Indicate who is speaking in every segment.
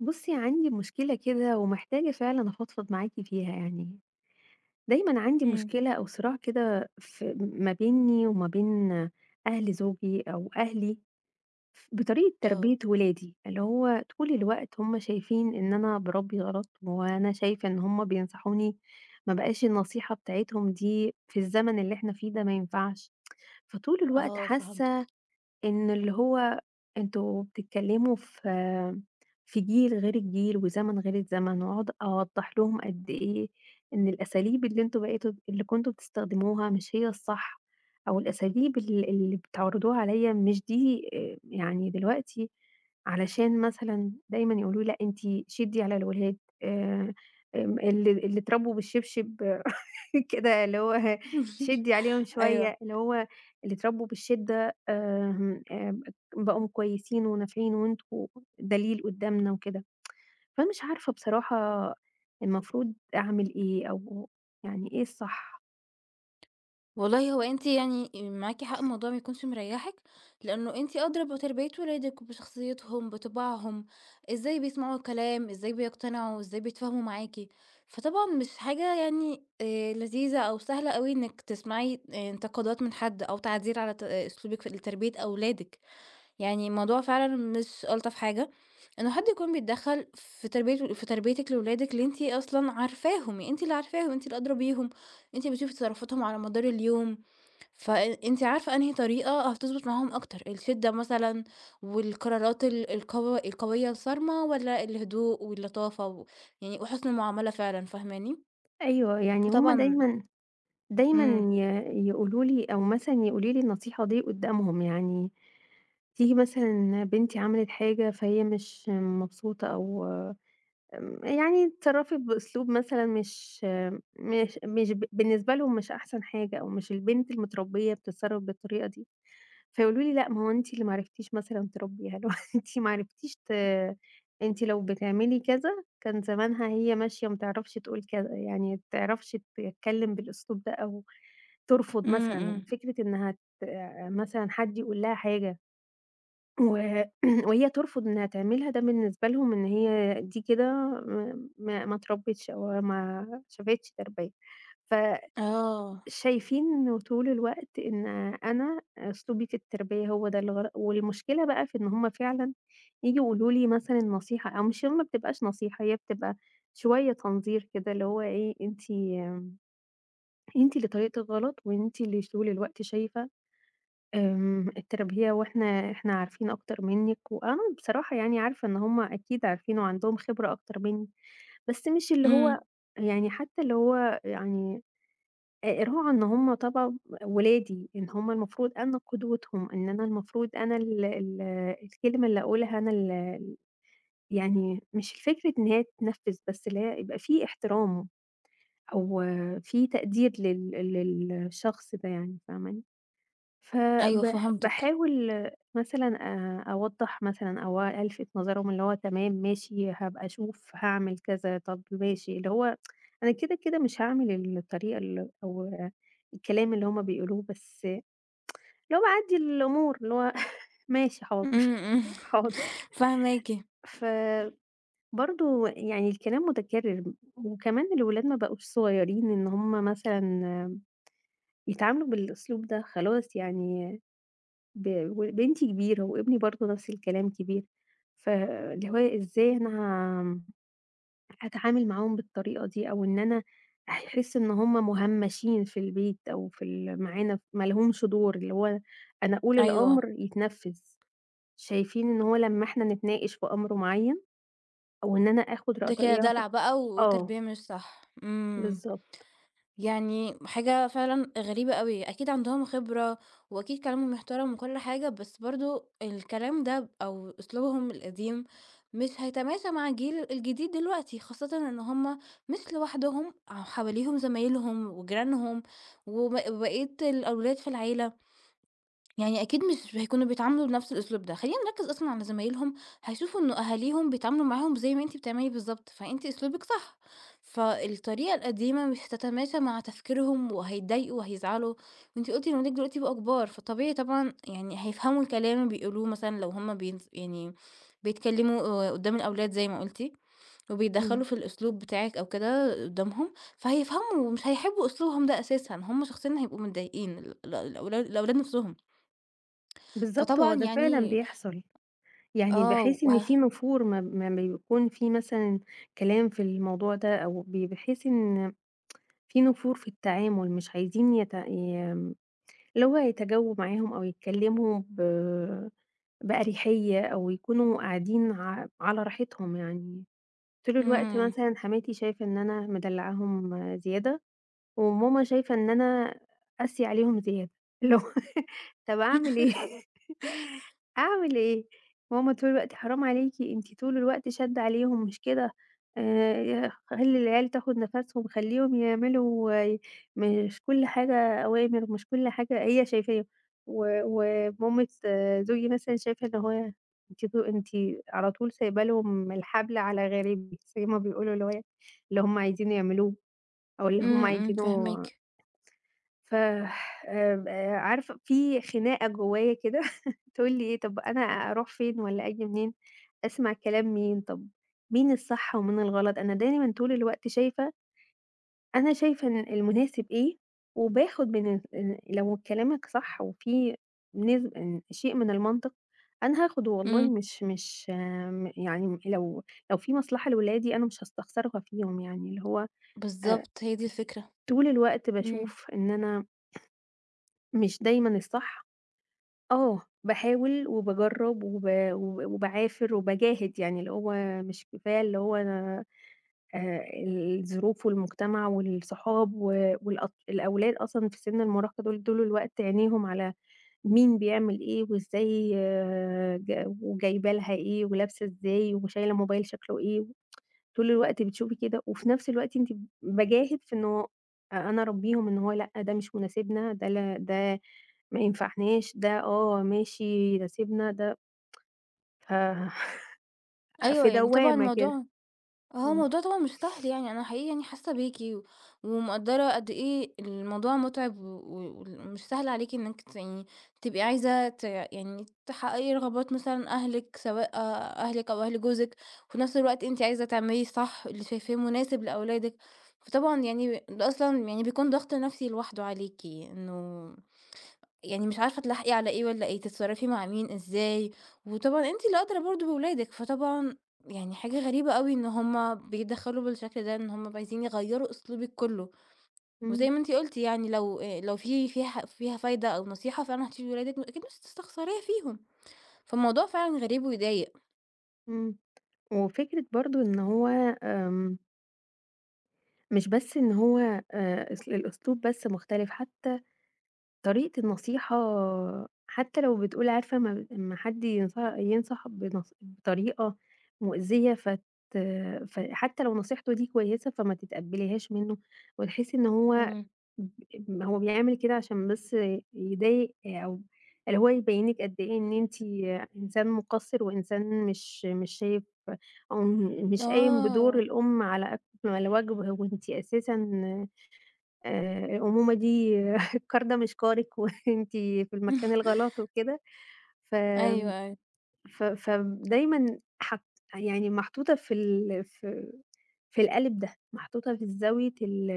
Speaker 1: بُصّي، عندي مشكلة كده ومحتاجة فعلًا أفضفض معاكِ فيها يعني. دايمًا عندي
Speaker 2: إمم.
Speaker 1: مشكلة أو صراع كده في ما بينّي وما بين أهل زوجي أو أهلي بطريقة
Speaker 2: آه،
Speaker 1: تربية ولادي، اللي هو طول الوقت هم شايفين إن أنا باربّي غلط وأنا شايفة إن هم بينصحوني ما بقاش النصيحة بتاعتهم دي في الزمن اللي إحنا فيه ده ما ينفعش، فطول الوقت
Speaker 2: آه فهمتِك.
Speaker 1: حاسة إن اللي هو أنتم بتتكلموا في جيل غير الجيل، وزمن غير الزمن، وأقعد أوضّح لهم قد إيه إن الأساليب اللي أنتم بقيتوا اللي كنتم بتستخدموها مش هي الصح، أو الأساليب اللي بتعرضوها عليَّ مش دي يعني دلوقتي علشان مثلًا دايمًا يقولوا لي لأ أنتِ شدّي على الولاد آآ، اللي اتربوا بالشبشب كده اللي هو شدّي عليهم
Speaker 2: أيوه.
Speaker 1: شوية، اللي هو اللي اتربوا بالشدة آمم، آآ بقوا كويسين ونافعين وأنتم دليل قدّامنا وكده، فمش عارفة بصراحة المفروض أعمل إيه أو يعني إيه الصح؟
Speaker 2: والله هو أنتِ يعني معاكِ حق الموضوع ما يكونش مريّحِك، لأنه أنتِ أدرى بتربية ولادِك وبشخصيتهم، بطباعهم، إزاي بيسمعوا الكلام، إزاي بيقتنعوا، إزاي بيتفاهموا معاكِ. فطبعًا مش حاجة يعني لذيذة أو سهلة أوي إنِّك تسمعي انتقادات من حد أو تعديل على ت آه، أسلوبِك في لتربية أولادِك. يعني الموضوع فعلًا مش ألطف حاجة، إنه حد يكون بيتدخّل في تربية في تربيتِك لولادِك اللي أنتِ أصلًا عارفاهم، أنتِ اللي عارفاهم، أنتِ اللي أدرى بيهم، أنتِ بتشوفي تصرفاتهم على مدار اليوم، فأنتِ عارفة أنهي طريقة هتضبط معاهم أكتر، الشدة مثلًا والقرارات ال القو القوية الصارمة والّا الهدوء واللطافة و يعني وحُسن المعاملة فعلًا، فاهماني؟
Speaker 1: أيوه، يعني هُم
Speaker 2: فطبعًا
Speaker 1: دايمًا دايمًا
Speaker 2: إمم،
Speaker 1: ي يقولوا لي أو مثلًا يقولوا لي النصيحة دي قدّامهم، يعني تيجي مثلًا بنتي عملت حاجة فهي مش مبسوطة أو يعني اتصرّفي بأسلوب مثلًا مش مش مش ب بالنسبة لهم مش أحسن حاجة أو مش البنت المتربية بتتصرّف بالطريقة دي. فيقولوا لي: "لأ، ما هو أنتِ اللي ما عرفتيش مثلًا تربّيها، اللي هو أنتِ ما عرفتيش ت أنتِ لو بتعملي كذا كان زمانها هي ماشية ما تعرفش تقول كذا، يعني ما تعرفش تتكلّم بالأسلوب ده أو ترفض
Speaker 2: إمم،
Speaker 1: مثلًا."
Speaker 2: إمم،
Speaker 1: يعني فكرة إنها ت مثلًا حد يقول لها حاجة و وهي ترفض إنها تعملها، ده بالنسبة لهم إن هي دي كده م ما ما اتربّتش أو ما شافتش تربية. ف
Speaker 2: آه،
Speaker 1: شايفين انه طول الوقت إن أنا أسلوبي في التربية هو ده الغلط، والمشكلة بقى في إن هُم فعلًا ييجوا يقولوا لي مثلًا نصيحة أو مش ما بتبقاش نصيحة، هي بتبقى شوية تنظير كده، اللي هو إيه أنتِ اللي طريقتِك غلط، وأنتِ اللي طول الوقت شايفة التربية وإحنا عارفين أكتر منِّك، وأنا بصراحة يعني عارفة إن هُم أكيد عارفين وعندهم خبرة أكتر مني، بس مش اللي
Speaker 2: إمم،
Speaker 1: هو يعني حتى اللي هو يعني راعوا إن هم طبعًا ولادي، إن هم المفروض أنا قدوتهم، إن أنا المفروض أنا ال ال الكلمة اللي أقولها أنا يعني مش الفكرة إن هي تتنفّذ، بس اللي هي يبقى في احترام أو في تقدير للشخص ده يعني، فاهماني؟
Speaker 2: أيوه فهمتِك،
Speaker 1: باحاول مثلًا أوضّح مثلًا أو ألفت نظرهم اللي هو تمام ماشي هابقى أشوف هاعمل كذا، طب ماشي، اللي هو أنا كده مش هاعمل الطريقة أو الكلام اللي هُم بيقولوه، بس اللي هو باعدّي الأمور اللي هو ماشي
Speaker 2: إمم،
Speaker 1: حاضر،
Speaker 2: إمم،
Speaker 1: حاضر.
Speaker 2: فاهماكِ.
Speaker 1: فبرضه يعني الكلام متكرر، وكمان الولاد ما بقوش صغيرين إن هُم مثلًا يتعاملوا بالأسلوب ده، خلاص يعني ب وبنتي كبيرة وابني برضه نفس الكلام كبير، فاللي هو إزاي أنا ه هاتعامل معاهم بالطريقة دي، أو إن أنا هيحسّوا إن هم مُهمّشين في البيت أو في معانا ما لهمش دور، اللي هو أنا أقول
Speaker 2: أيوه،
Speaker 1: الأمر يتنفّذ، شايفين إن هو لمّا إحنا نتناقش في أمر معيّن أو إن أنا آخُد
Speaker 2: ده
Speaker 1: رأيت.
Speaker 2: كده دلع بقى
Speaker 1: آه،
Speaker 2: وتربية مش صح،
Speaker 1: بالضبط.
Speaker 2: يعني حاجة فعلًا غريبة أوي، أكيد عندهم خبرة وأكيد كلامهم محترم وكل حاجة، بس برضه الكلام ده أو أسلوبهم القديم مش هيتماشى مع الجيل الجديد دلوقتي، خاصةً إن هُم مش لوحدهم، حواليهم زمايلهم وجيرانهم وبقية الأولاد في العيلة. يعني أكيد مش هيكونوا بيتعاملوا بنفس الأسلوب ده، خلّينا نركّز أصلًا على زمايلهم، هيشوفوا إنه أهاليهم بيتعاملوا معاهم زي ما أنتِ بتعملي بالضبط، فأنتِ أسلوبِك صح، فالطريقة القديمة مش هتتماشى مع تفكيرهم وهيتضايقوا وهيزعلوا، وأنتِ قُلتِ إن ولادِك دلوقتي بقوا كبار، فطبيعي طبعًا يعني هيفهموا الكلام اللي بيقولوه مثلًا لو هُم يعني بيتكلموا قدّام الأولاد زي ما قُلتِ، وبيتدخّلوا
Speaker 1: إمم،
Speaker 2: في الأسلوب بتاعِك أو كده قدّامهم، فهيفهموا ومش هيحبوا أسلوبهم ده أساسًا، هُم شخصيًا هيبقوا متضايقين ال ال الأولا الأولاد نفسهم.
Speaker 1: بالضبط،
Speaker 2: فطبعًا
Speaker 1: هو ده فعلًا
Speaker 2: يعني
Speaker 1: بيحصل. يعني
Speaker 2: آه،
Speaker 1: بحيث إن في نفور ما بيكون في مثلًا كلام في الموضوع ده أو بحيث إن في نفور في التعامل مش عايزين يت ي اللي هو يتجاوبوا معاهم أو يتكلموا بأريحية أو يكونوا قاعدين على راحتهم يعني. طول الوقت
Speaker 2: إمم.
Speaker 1: مثلًا حماتي شايفة إن أنا مدلعاهم زيادة وماما شايفة إن أنا قاسية عليهم زيادة، اللي هو طب أعمل إيه؟ أعمل إيه؟ ماما طول الوقت حرام عليكِ أنتِ طول الوقت شادّة عليهم مش كده، خلّي العيال تاخد نفَسهم، خلّيهم يعملوا مش كل حاجة أوامر، مش كل حاجة هي شايفاه، و ومامة زوجي مثلًا شايفة إن هو أنتِ على طول سايبة لهم الحبل على غاربه زي ما بيقولوا، اللي هو اللي هم عايزينه يعملوه أو اللي هم
Speaker 2: إمم، إمم،
Speaker 1: عايزينه
Speaker 2: فاهماكِ.
Speaker 1: ف عارفة في خناقة جوايا كده تقول لي إيه، طب أنا أروح فين والّا آجي منين، أسمع كلام مين، طب مين الصح ومين الغلط. أنا دايمًا طول الوقت شايفة أنا شايفة إن المناسب إيه وباخد من لو كلامك صح وفي نسب شيء من المنطق، أنا هاخده
Speaker 2: إمم،
Speaker 1: والله مش مش آمم يعني لو في مصلحة لولادي أنا مش هاستخسرها فيهم يعني، اللي هو آآ
Speaker 2: بالضبط، هي دي الفكرة.
Speaker 1: طول الوقت
Speaker 2: إمم،
Speaker 1: باشوف إن أنا مش دايمًا الصح. آه، باحاول وباجرّب وب وب وباعافر وباجاهد، يعني اللي هو مش كفاية اللي هو أنا آآ الظروف والمجتمع والصحاب و الأولاد أصلًا في سِن المراهقة دول طول الوقت عينيهم على مين بيعمل إيه وإزاي وجايبة لها إيه ولابسة إزاي وشايلة موبايل شكله إيه طول الوقت بتشوفي كده، وفي نفس الوقت أنتِ باجاهد في إنه أنا أربيهم إن هو لأ، ده مش مناسبنا، ده لا ده ما ينفعناش، ده ماشي يناسبنا، ده ف
Speaker 2: أيوه،
Speaker 1: في
Speaker 2: يعني طبعًا
Speaker 1: دوامة كده.
Speaker 2: الموضوع
Speaker 1: إمم،
Speaker 2: طبعا مش سهل يعني انا حقيقي يعني حاسه بيكي ومقدره قد ايه الموضوع متعب ومش سهل عليكي انك يعني تبقي عايزه يعني تحققي رغبات مثلا اهلك سواء اهلك او اهل جوزك وفي نفس الوقت انت عايزه تعملي صح اللي شايفاه مناسب لاولادك فطبعا يعني ده اصلا يعني بيكون ضغط نفسي لوحده عليكي انه يعني مش عارفة تلحقي على إيه والّا إيه، تتصرّفي مع مين، إزاي، وطبعًا أنتِ اللي أدرى برضه بولادِك، فطبعًا يعني حاجة غريبة أوي إن هُم بيتدخّلوا بالشكل ده، إن هُم عايزين يغيّروا أسلوبِك كلّه،
Speaker 1: إمم،
Speaker 2: وزي ما أنتِ قُلتِ يعني لو في فيها ح فيها فايدة أو نصيحة فعلًا هتفيد ولادِك، أكيد مش هتستخسريها فيهم، فالموضوع فعلًا غريب ويضايق.
Speaker 1: إمم. وفكرة برضه إن هو آمم، مش بس إن هو أس الأسلوب بس مختلف، حتى طريقة النصيحة حتى لو بتقول عارفة أمّا حد ينصح بطريقة مؤذية فحتى لو نصيحته دي كويسة فما تتقبليهاش منه، وتحسي إن هو
Speaker 2: إمم.
Speaker 1: ب هو بيعمل كده عشان بس يضايق أو اللي هو يبين لِك قد إيه إن أنتِ إنسان مقصر وإنسان مش شايف أو مش قايم بدور
Speaker 2: آه،
Speaker 1: الأم على أكمل وجه وأنتِ أساسًا الأمومة دي الكار ده مش كارِك وأنتِ في المكان الغلط وكده، ف
Speaker 2: أيوه، أيوه،
Speaker 1: ف فدايمًا يعني محطوطة في القالب ده، محطوطة في زاوية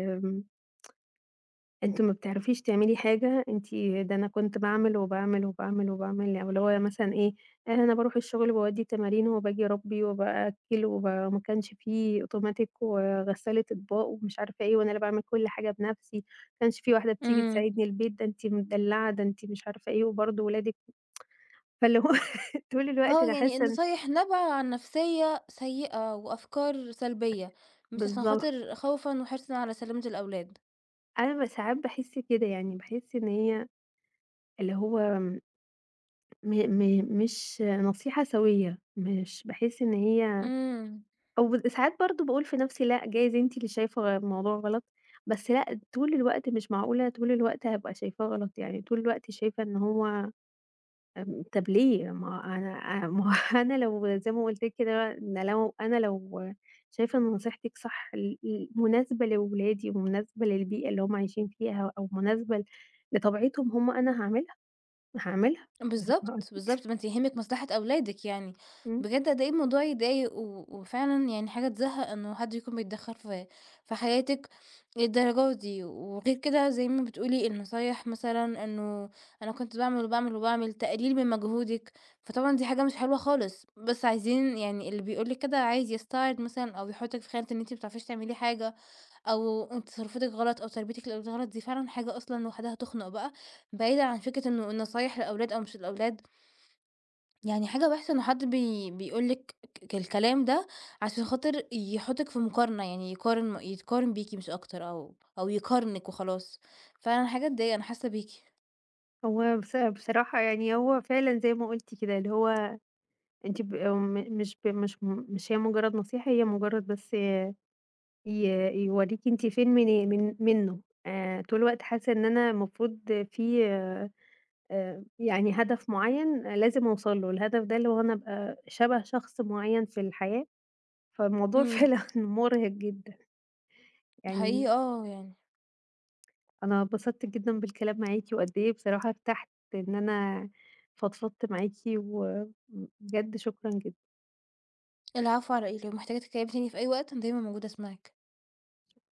Speaker 1: أنتِ ما بتعرفيش تعملي حاجة، ده أنا كنت باعمل، وباعمل، وباعمل، وباعمل، أو اللي هو مثلًا إيه، أنا باروح الشغل باودّي تمارين، وباجي أربّي، وبأكّل، وما كانش في أوتوماتيك وغسالة أطباق ومش عارفة إيه، وأنا اللي باعمل كل حاجة بنَفْسي، ما كانش في واحدة بتيجي
Speaker 2: إمم.
Speaker 1: تساعدني البيت، ده أنتِ مدلّعة، ده أنتِ مش عارفة إيه، وبرضه ولادِك فاللي هو طول الوقت
Speaker 2: آه،
Speaker 1: أنا
Speaker 2: يعني
Speaker 1: حاسة إن
Speaker 2: النصايح نابعة عن نفسية سيئة وأفكار سلبية، مش عشان
Speaker 1: بالضبط.
Speaker 2: خاطر خوفًا وحرصًا على سلامة الأولاد.
Speaker 1: أنا ساعات باحس كده يعني، باحس إن هي اللي هو م م مش نصيحة سويّة، مش باحس إن هي
Speaker 2: إمم.
Speaker 1: أو ساعات برضه باقول في نَفْسي لأ، جايز أنتِ اللي شايفة الموضوع غلط، بس لأ، طول الوقت مش معقولة طول الوقت هابقى شايفاه غلط، يعني طول الوقت شايفة إن هو طَب ليه؟ ما أنا ما هو أنا لو زي ما قُلت لِك كده أنا لو شايفة إن نصيحتِك صح ل ل مناسبة لولادي ومناسبة للبيئة اللي هم عايشين فيها أو مناسبة لطبيعتهم هم، أنا هاعملها، هاعملها يعني ما هو
Speaker 2: بالضبط،
Speaker 1: أكيد.
Speaker 2: بالضبط، ما أنتِ يهمِك مصلحة أولادِك يعني،
Speaker 1: إمم.
Speaker 2: بجد قد إيه الموضوع يضايق و وفعلًا يعني حاجة تزهّق إنه حد يكون بيتدخّل في حياتِك للدرجة دي، وغير كده زي ما بتقولي النصايح مثلًا إنه أنا كنت باعمل وباعمل وباعمل، تقليل من مجهودِك، فطبعًا دي حاجة مش حلوة خالص، بس عايزين يعني اللي بيقول لِك كده عايز يستعرض مثلًا أو يحطِّك في خانة إن أنتِ ما بتعرفيش تعملي حاجة أو أنتِ تصرُّفاتِك غلط أو تربيتِك للأولاد غلط، دي فعلًا حاجة أصلًا لوحدها تخنُق بقى، بعيدًا عن فكرة إنه النصايح للأولاد أو مش للأولاد، يعني حاجة وحشة إن حد بيقول لِك الكلام ده عشان خاطر يحُطِّك في مقارنة، يعني يقارن م يتقارن بيكِ مش أكتر أو يقارنِك وخلاص، فعلًا حاجة تضايق، أنا حاسة بيكِ.
Speaker 1: هو بصراحة يعني هو فعلًا زي ما قُلتِ كده اللي هو أنتِ ب آه، م مش ب مش مش هي مجرد نصيحة، هي مجرد بس ي يوريكِ أنتِ فين من من منه، طول الوقت حاسة إن أنا المفروض في يعني هدف معيّن لازم أوصل له، الهدف ده اللي هو أنا أبقى شبه شخص معيّن في الحياة، فالموضوع
Speaker 2: إمم،
Speaker 1: فعلًا مرهق جدًا،
Speaker 2: حقيقي
Speaker 1: يعني
Speaker 2: آه يعني.
Speaker 1: أنا اتبسطت جدًا بالكلام معاكِ، وقد إيه بصراحة ارتحت إن أنا فضفضت معاكِ، وبجد شكرًا جدًا.
Speaker 2: العفو على إيه، لو محتاجة تتكلمي تاني في أي وقت أنا دايمًا موجودة أسمعِك.